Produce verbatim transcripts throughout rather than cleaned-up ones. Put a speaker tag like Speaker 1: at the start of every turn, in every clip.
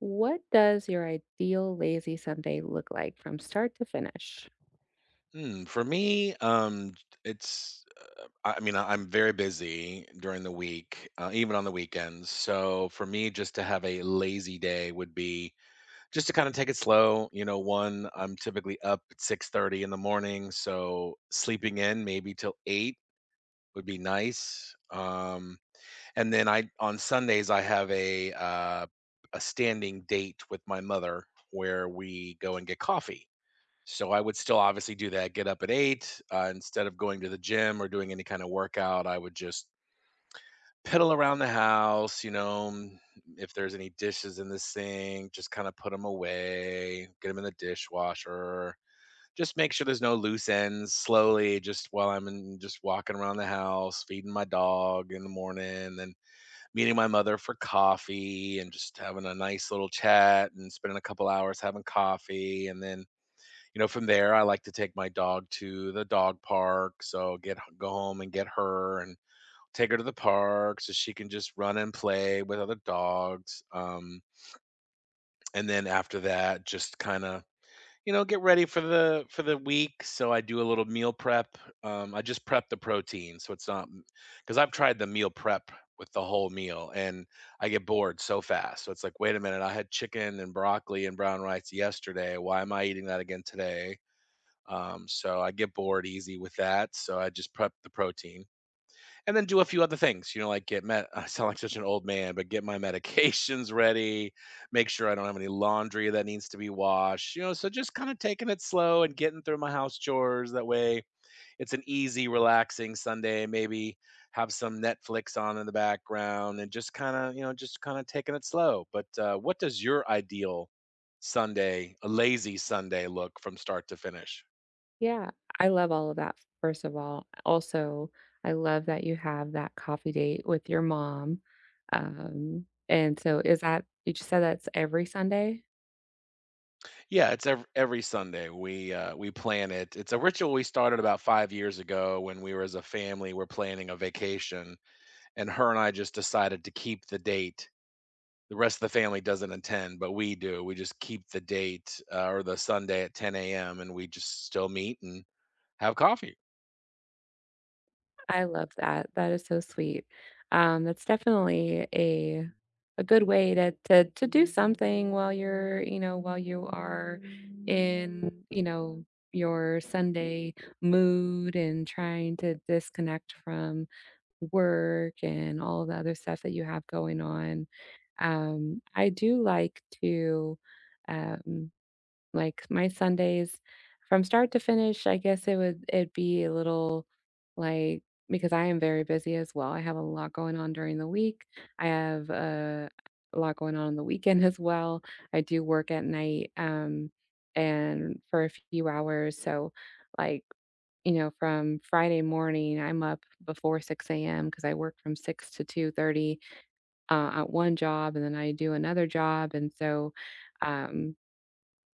Speaker 1: What does your ideal lazy Sunday look like from start to finish?
Speaker 2: Hmm, for me, um, it's I I mean, I- I'm very busy during the week, uh, even on the weekends. So for me, just to have a lazy day would be just to kind of take it slow. You know, one, I'm typically up at six thirty in the morning, so sleeping in maybe till eight would be nice. Um, and then I on Sundays I have a uh, a standing date with my mother where we go and get coffee, so I would still obviously do that. Get up at eight, uh, instead of going to the gym or doing any kind of workout. I would just piddle around the house. You know, mm, if there's any dishes in the sink, just kind of put them away. Get them in the dishwasher. Just make sure there's no loose ends. Slowly, just while I'm in, just walking around the house, feeding my dog in the morning, then meeting my mother for coffee, and just having a nice little chat and spending a couple hours having coffee, and then, you know, from there, I like to take my dog to the dog park. So get go home and get her and take her to the park so she can just run and play with other dogs. Um, and then after that, just kind of, you know, get ready for the for the week. So I do a little meal prep. Um, I just prep the protein, so it's not because I've tried the meal prep with the whole meal and I get bored so fast. So it's like, wait a minute, I had chicken and broccoli and brown rice yesterday. Why am I eating that again today? Um, so I get bored easy with that. So I just prep the protein and then do a few other things, you know, like get met. I sound like such an old man, but get my medications ready, make sure I don't have any laundry that needs to be washed, you know. So just kind of taking it slow and getting through my house chores. That way it's an easy, relaxing Sunday. Maybe have some Netflix on in the background and just kind of, you know, just kind of taking it slow. But uh, what does your ideal Sunday, a lazy Sunday look from start to finish?
Speaker 1: Yeah, I love all of that, first of all. Also, I love that you have that coffee date with your mom. Um, and so is that you just said that's every Sunday?
Speaker 2: Yeah, it's every, every Sunday. We uh, we plan it. It's a ritual we started about five years ago when we were as a family. We're planning a vacation, and her and I just decided to keep the date. The rest of the family doesn't attend, but we do. We just keep the date, uh, or the Sunday at ten a m, and we just still meet and have coffee.
Speaker 1: I love that. That is so sweet. Um, that's definitely a a good way to to to do something while you're, you know, while you are in, you know, your Sunday mood and trying to disconnect from work and all the other stuff that you have going on. Um, I do like to um like, my Sundays from start to finish, I guess it would it'd be a little, like, because I am very busy as well, I have a lot going on during the week. I have, uh, a lot going on on the weekend as well. I do work at night, um, and for a few hours, so, like, you know, from Friday morning, I'm up before six a m because I work from six to two thirty, uh, at one job, and then I do another job, and so, um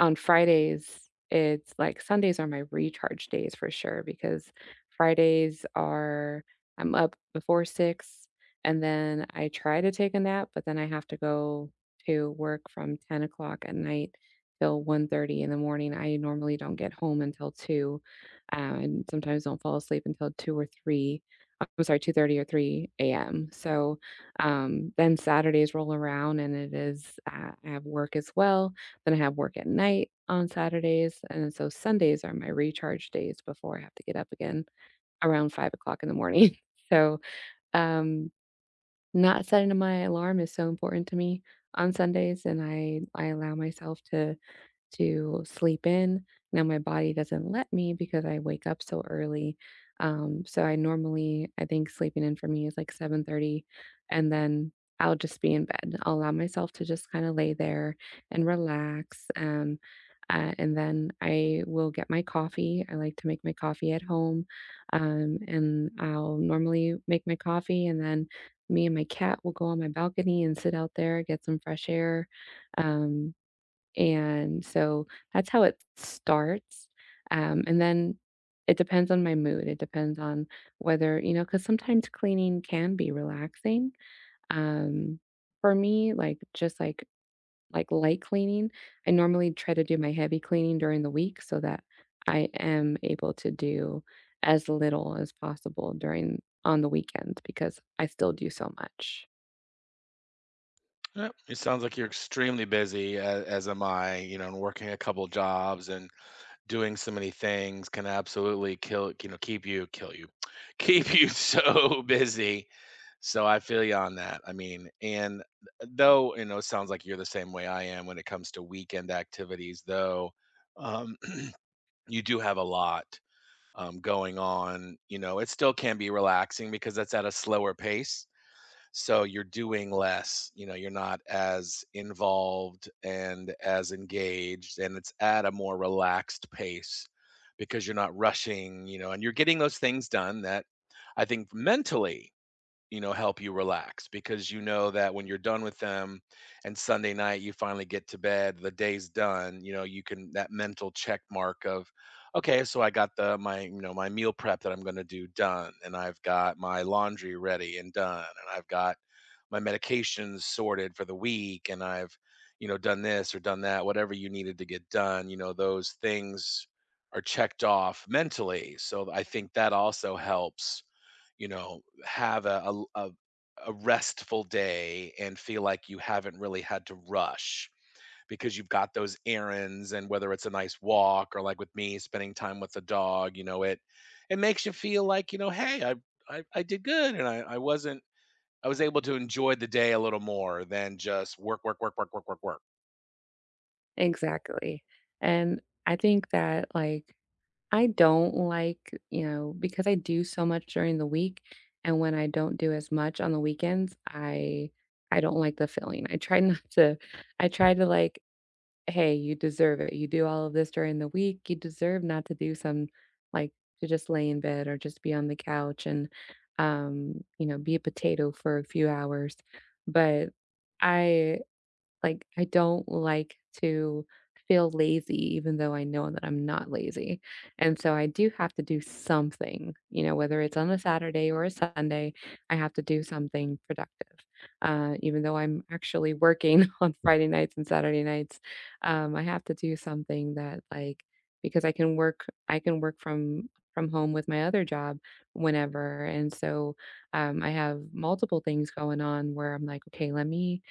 Speaker 1: on Fridays, it's like Sundays are my recharge days for sure because Fridays are, I'm up before six, and then I try to take a nap, but then I have to go to work from ten o'clock at night till one thirty in the morning. I normally don't get home until two, uh, and sometimes don't fall asleep until two or three. I'm sorry, two thirty or three a m. So, um, then Saturdays roll around and it is, uh, I have work as well. Then I have work at night on Saturdays, and so Sundays are my recharge days before I have to get up again around five o'clock in the morning. So, um, not setting my alarm is so important to me on Sundays, and I I allow myself to to sleep in. Now my body doesn't let me because I wake up so early. Um, so I normally, I think sleeping in for me is like seven thirty, and then I'll just be in bed. I'll allow myself to just kind of lay there and relax. Um, uh, and then I will get my coffee. I like to make my coffee at home, um, and I'll normally make my coffee, and then me and my cat will go on my balcony and sit out there, get some fresh air. Um, and so that's how it starts, um, and then it depends on my mood, it depends on whether, you know, because sometimes cleaning can be relaxing. Um, for me, like, just like like light cleaning, I normally try to do my heavy cleaning during the week so that I am able to do as little as possible during on the weekends because I still do so much.
Speaker 2: Yeah, it sounds like you're extremely busy, as, as am I. You know, and working a couple jobs and doing so many things can absolutely kill, you know, keep you, kill you, keep you so busy. So I feel you on that. I mean, and uh, though, you know, it sounds like you're the same way I am when it comes to weekend activities, though, um, you do have a lot um, going on. You know, it still can be relaxing because that's at a slower pace, so you're doing less, you know, you're not as involved and as engaged and it's at a more relaxed pace because you're not rushing, you know, and you're getting those things done that I think mentally, you know, help you relax because you know that when you're done with them and Sunday night you finally get to bed, the day's done, you know, you can that mental check mark of okay, so I got the my, you know, my meal prep that I'm going to do done, and I've got my laundry ready and done, and I've got my medications sorted for the week, and I've, you know, done this or done that, whatever you needed to get done, you know, those things are checked off mentally. So I think that also helps, you know, have a, a, a a restful day and feel like you haven't really had to rush because you've got those errands and whether it's a nice walk or like with me spending time with the dog, you know, it it makes you feel like, you know, hey, i i, I did good and I, I wasn't, I was able to enjoy the day a little more than just work, work, work, work, work, work, work.
Speaker 1: Exactly. And I think that, like, I don't like, you know, because I do so much during the week, and when I don't do as much on the weekends, I I don't like the feeling. I try not to I try to like, hey, you deserve it. You do all of this during the week. You deserve not to do some, like, to just lay in bed or just be on the couch and um, you know, be a potato for a few hours. But I, like, I don't like to feel lazy even though I know that I'm not lazy. And so I do have to do something, you know, whether it's on a Saturday or a Sunday, I have to do something productive. Uh, even though I'm actually working on Friday nights and Saturday nights, um, I have to do something that, like, because I can work I can work from from home with my other job whenever. And so um, I have multiple things going on where I'm like, okay, let me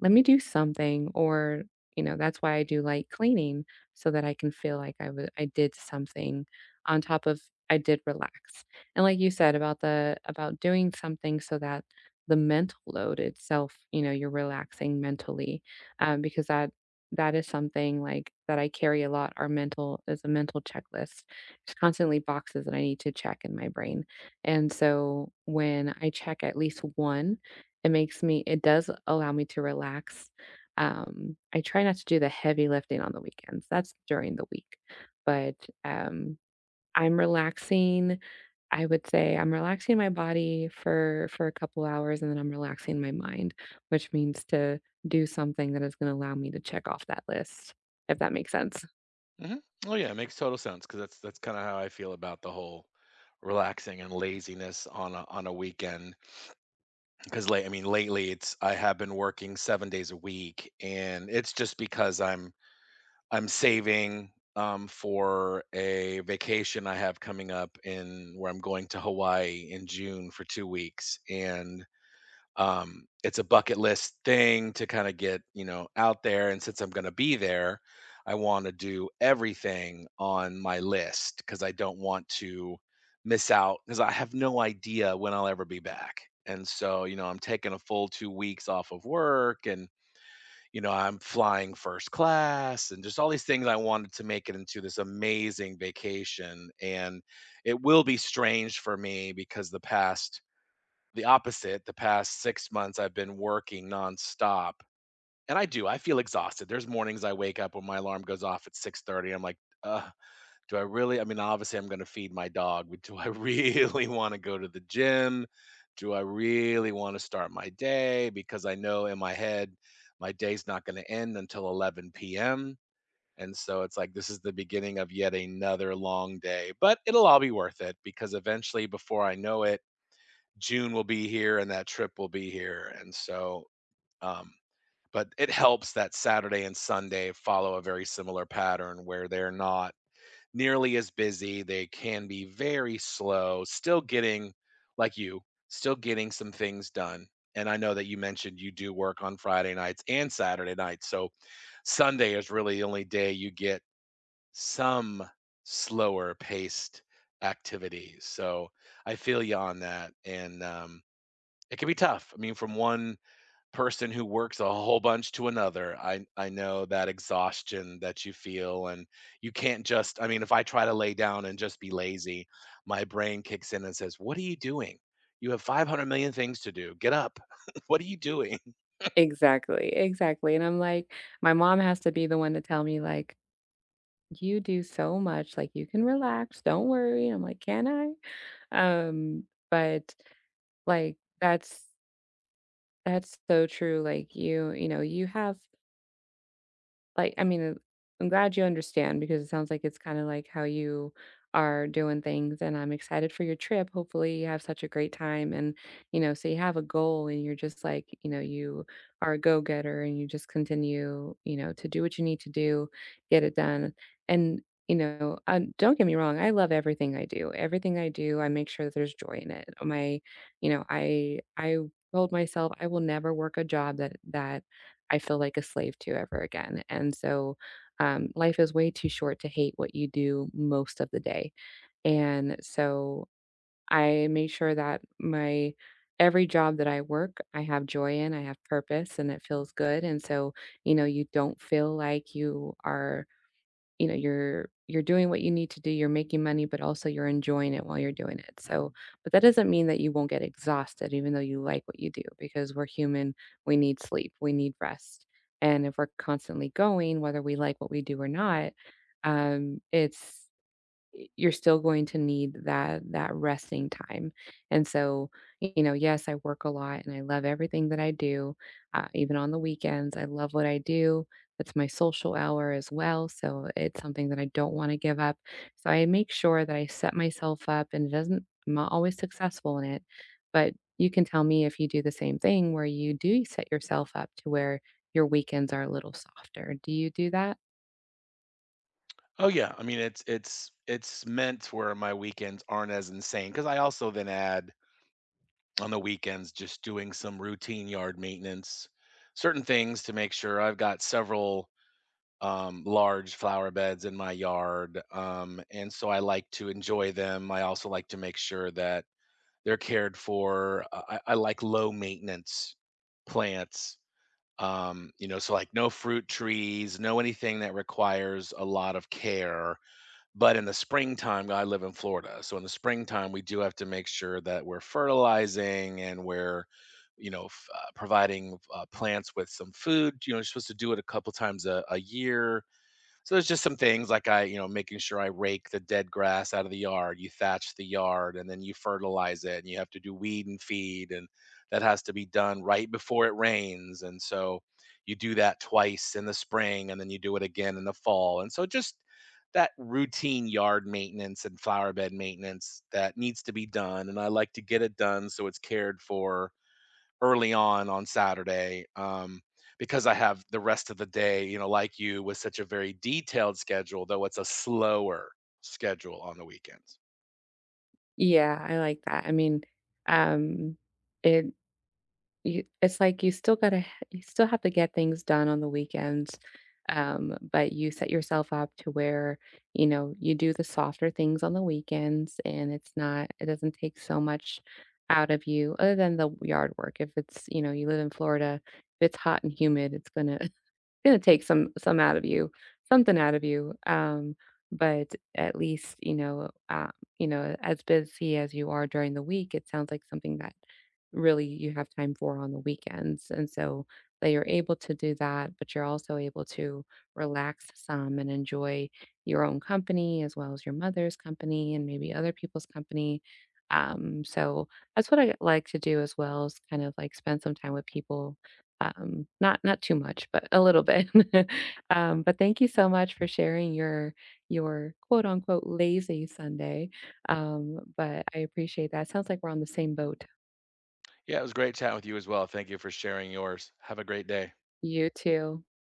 Speaker 1: let me do something or you know that's why I do light cleaning so that I can feel like i was I did something on top of I did relax and like you said about the about doing something so that the mental load itself, you know, you're relaxing mentally, um, because that that is something, like that I carry a lot, our mental is a mental checklist, it's constantly boxes that I need to check in my brain and so when I check at least one it makes me, it does allow me to relax. Um, I try not to do the heavy lifting on the weekends. That's during the week. But, um, I'm relaxing. I would say I'm relaxing my body for for a couple hours, and then I'm relaxing my mind, which means to do something that is gonna allow me to check off that list, if that makes sense.
Speaker 2: Hmm oh yeah, it makes total sense because that's that's kind of how I feel about the whole relaxing and laziness on a on a weekend because late i mean lately it's I have been working seven days a week, and it's just because i'm i'm saving, um, for a vacation I have coming up in where I'm going to Hawaii in June for two weeks. And um, It's a bucket list thing to kind of get, you know, out there. And since I'm going to be there, I want to do everything on my list because I don't want to miss out because I have no idea when I'll ever be back. And so, you know, I'm taking a full two weeks off of work and, you know, I'm flying first class and just all these things. I wanted to make it into this amazing vacation. And it will be strange for me because the past the opposite, the past six months, I've been working nonstop, and I do, I feel exhausted. There's mornings I wake up when my alarm goes off at six thirty, I'm like, "Ugh, do I really?" I mean, obviously, I'm gonna feed my dog, but do I really wanna go to the gym? Do I really wanna start my day? Because I know in my head, my day's not gonna end until eleven p m, and so it's like, this is the beginning of yet another long day, but it'll all be worth it because eventually, before I know it, June will be here and that trip will be here. And so, um, but it helps that Saturday and Sunday follow a very similar pattern where they're not nearly as busy. They can be very slow, still getting, like you, still getting some things done. And I know that you mentioned you do work on Friday nights and Saturday nights. So Sunday is really the only day you get some slower paced activities. So I feel you on that. And, um, it can be tough. I mean, from one person who works a whole bunch to another, I I know that exhaustion that you feel, and you can't just. I mean, if I try to lay down and just be lazy, my brain kicks in and says, "What are you doing? You have five hundred million things to do. Get up. What are you doing?"
Speaker 1: Exactly, exactly, and I'm like, my mom has to be the one to tell me, like, "You do so much, like, you can relax, don't worry." I'm like, "Can I?" Um, but, like, that's that's so true, like, you you know, you have like, I mean, I'm glad you understand because it sounds like it's kind of like how you are doing things, and I'm excited for your trip. Hopefully, you have such a great time, and you know, so you have a goal, and you're just like, you know, you are a go getter, and you just continue, you know, to do what you need to do, get it done, and you know, um, don't get me wrong, I love everything I do. Everything I do, I make sure that there's joy in it. My, you know, I I told myself I will never work a job that that I feel like a slave to ever again. And so, um, life is way too short to hate what you do most of the day. And so I made sure that my every job that I work, I have joy in, I have purpose, and it feels good. And so, you know, you don't feel like you are, you know, you're you're doing what you need to do, you're making money, but also you're enjoying it while you're doing it. So, but that doesn't mean that you won't get exhausted even though you like what you do because we're human, we need sleep, we need rest. And if we're constantly going, whether we like what we do or not, um, it's y- you're still going to need that that resting time and so y- you know, yes I work a lot and I love everything that I do, uh, even on the weekends I love what I do, that's my social hour as well, so it's something that I don't want to give up, so I make sure that I set myself up, and it doesn't, I'm not always successful in it, but you can tell me if you do the same thing where you do set yourself up to where your weekends are a little softer, do you do that?
Speaker 2: Oh yeah, I mean it's it's it's meant where my weekends aren't as insane because I also then add on the weekends just doing some routine yard maintenance, certain things to make sure I've got several um, large flower beds in my yard, um, and so I like to enjoy them. I also like to make sure that they're cared for. I, I like low maintenance plants. Um, you know, so like no fruit trees, no anything that requires a lot of care, but in the springtime, I live in Florida, so in the springtime, we do have to make sure that we're fertilizing and we're, you know, f- uh, providing uh, plants with some food. You know, you're supposed to do it a couple times a, a year, so there's just some things like I, you know, making sure I rake the dead grass out of the yard, you thatch the yard, and then you fertilize it, and you have to do weed and feed, and that has to be done right before it rains. And so you do that twice in the spring, and then you do it again in the fall. And so just that routine yard maintenance and flower bed maintenance that needs to be done. And I like to get it done so it's cared for early on on Saturday, um, because I have the rest of the day, you know, like you, with such a very detailed schedule, though it's a slower schedule on the weekends.
Speaker 1: Yeah, I like that. I mean, um, it you, it's like you still gotta h- you still have to get things done on the weekends, um, but you set yourself up to where you know you do the softer things on the weekends, and it's not, it doesn't take so much out of you other than the yard work. If it's, you know, you live in Florida, if it's hot and humid, it's gonna gonna take some some out of you, something out of you. Um, but at least, you know, uh, you know, as busy as you are during the week, it sounds like something that really you have time for on the weekends. And so that you're able to do that, but you're also able to relax some and enjoy your own company as well as your mother's company and maybe other people's company. Um, so that's what I like to do as well, is kind of like spend some time with people, um, not not too much, but a little bit. Um, but thank you so much for sharing your your quote unquote lazy Sunday. Um, but I appreciate that. Sounds like we're on the same boat.
Speaker 2: Yeah, it was great chatting with you as well. Thank you for sharing yours. Have a great day.
Speaker 1: You too.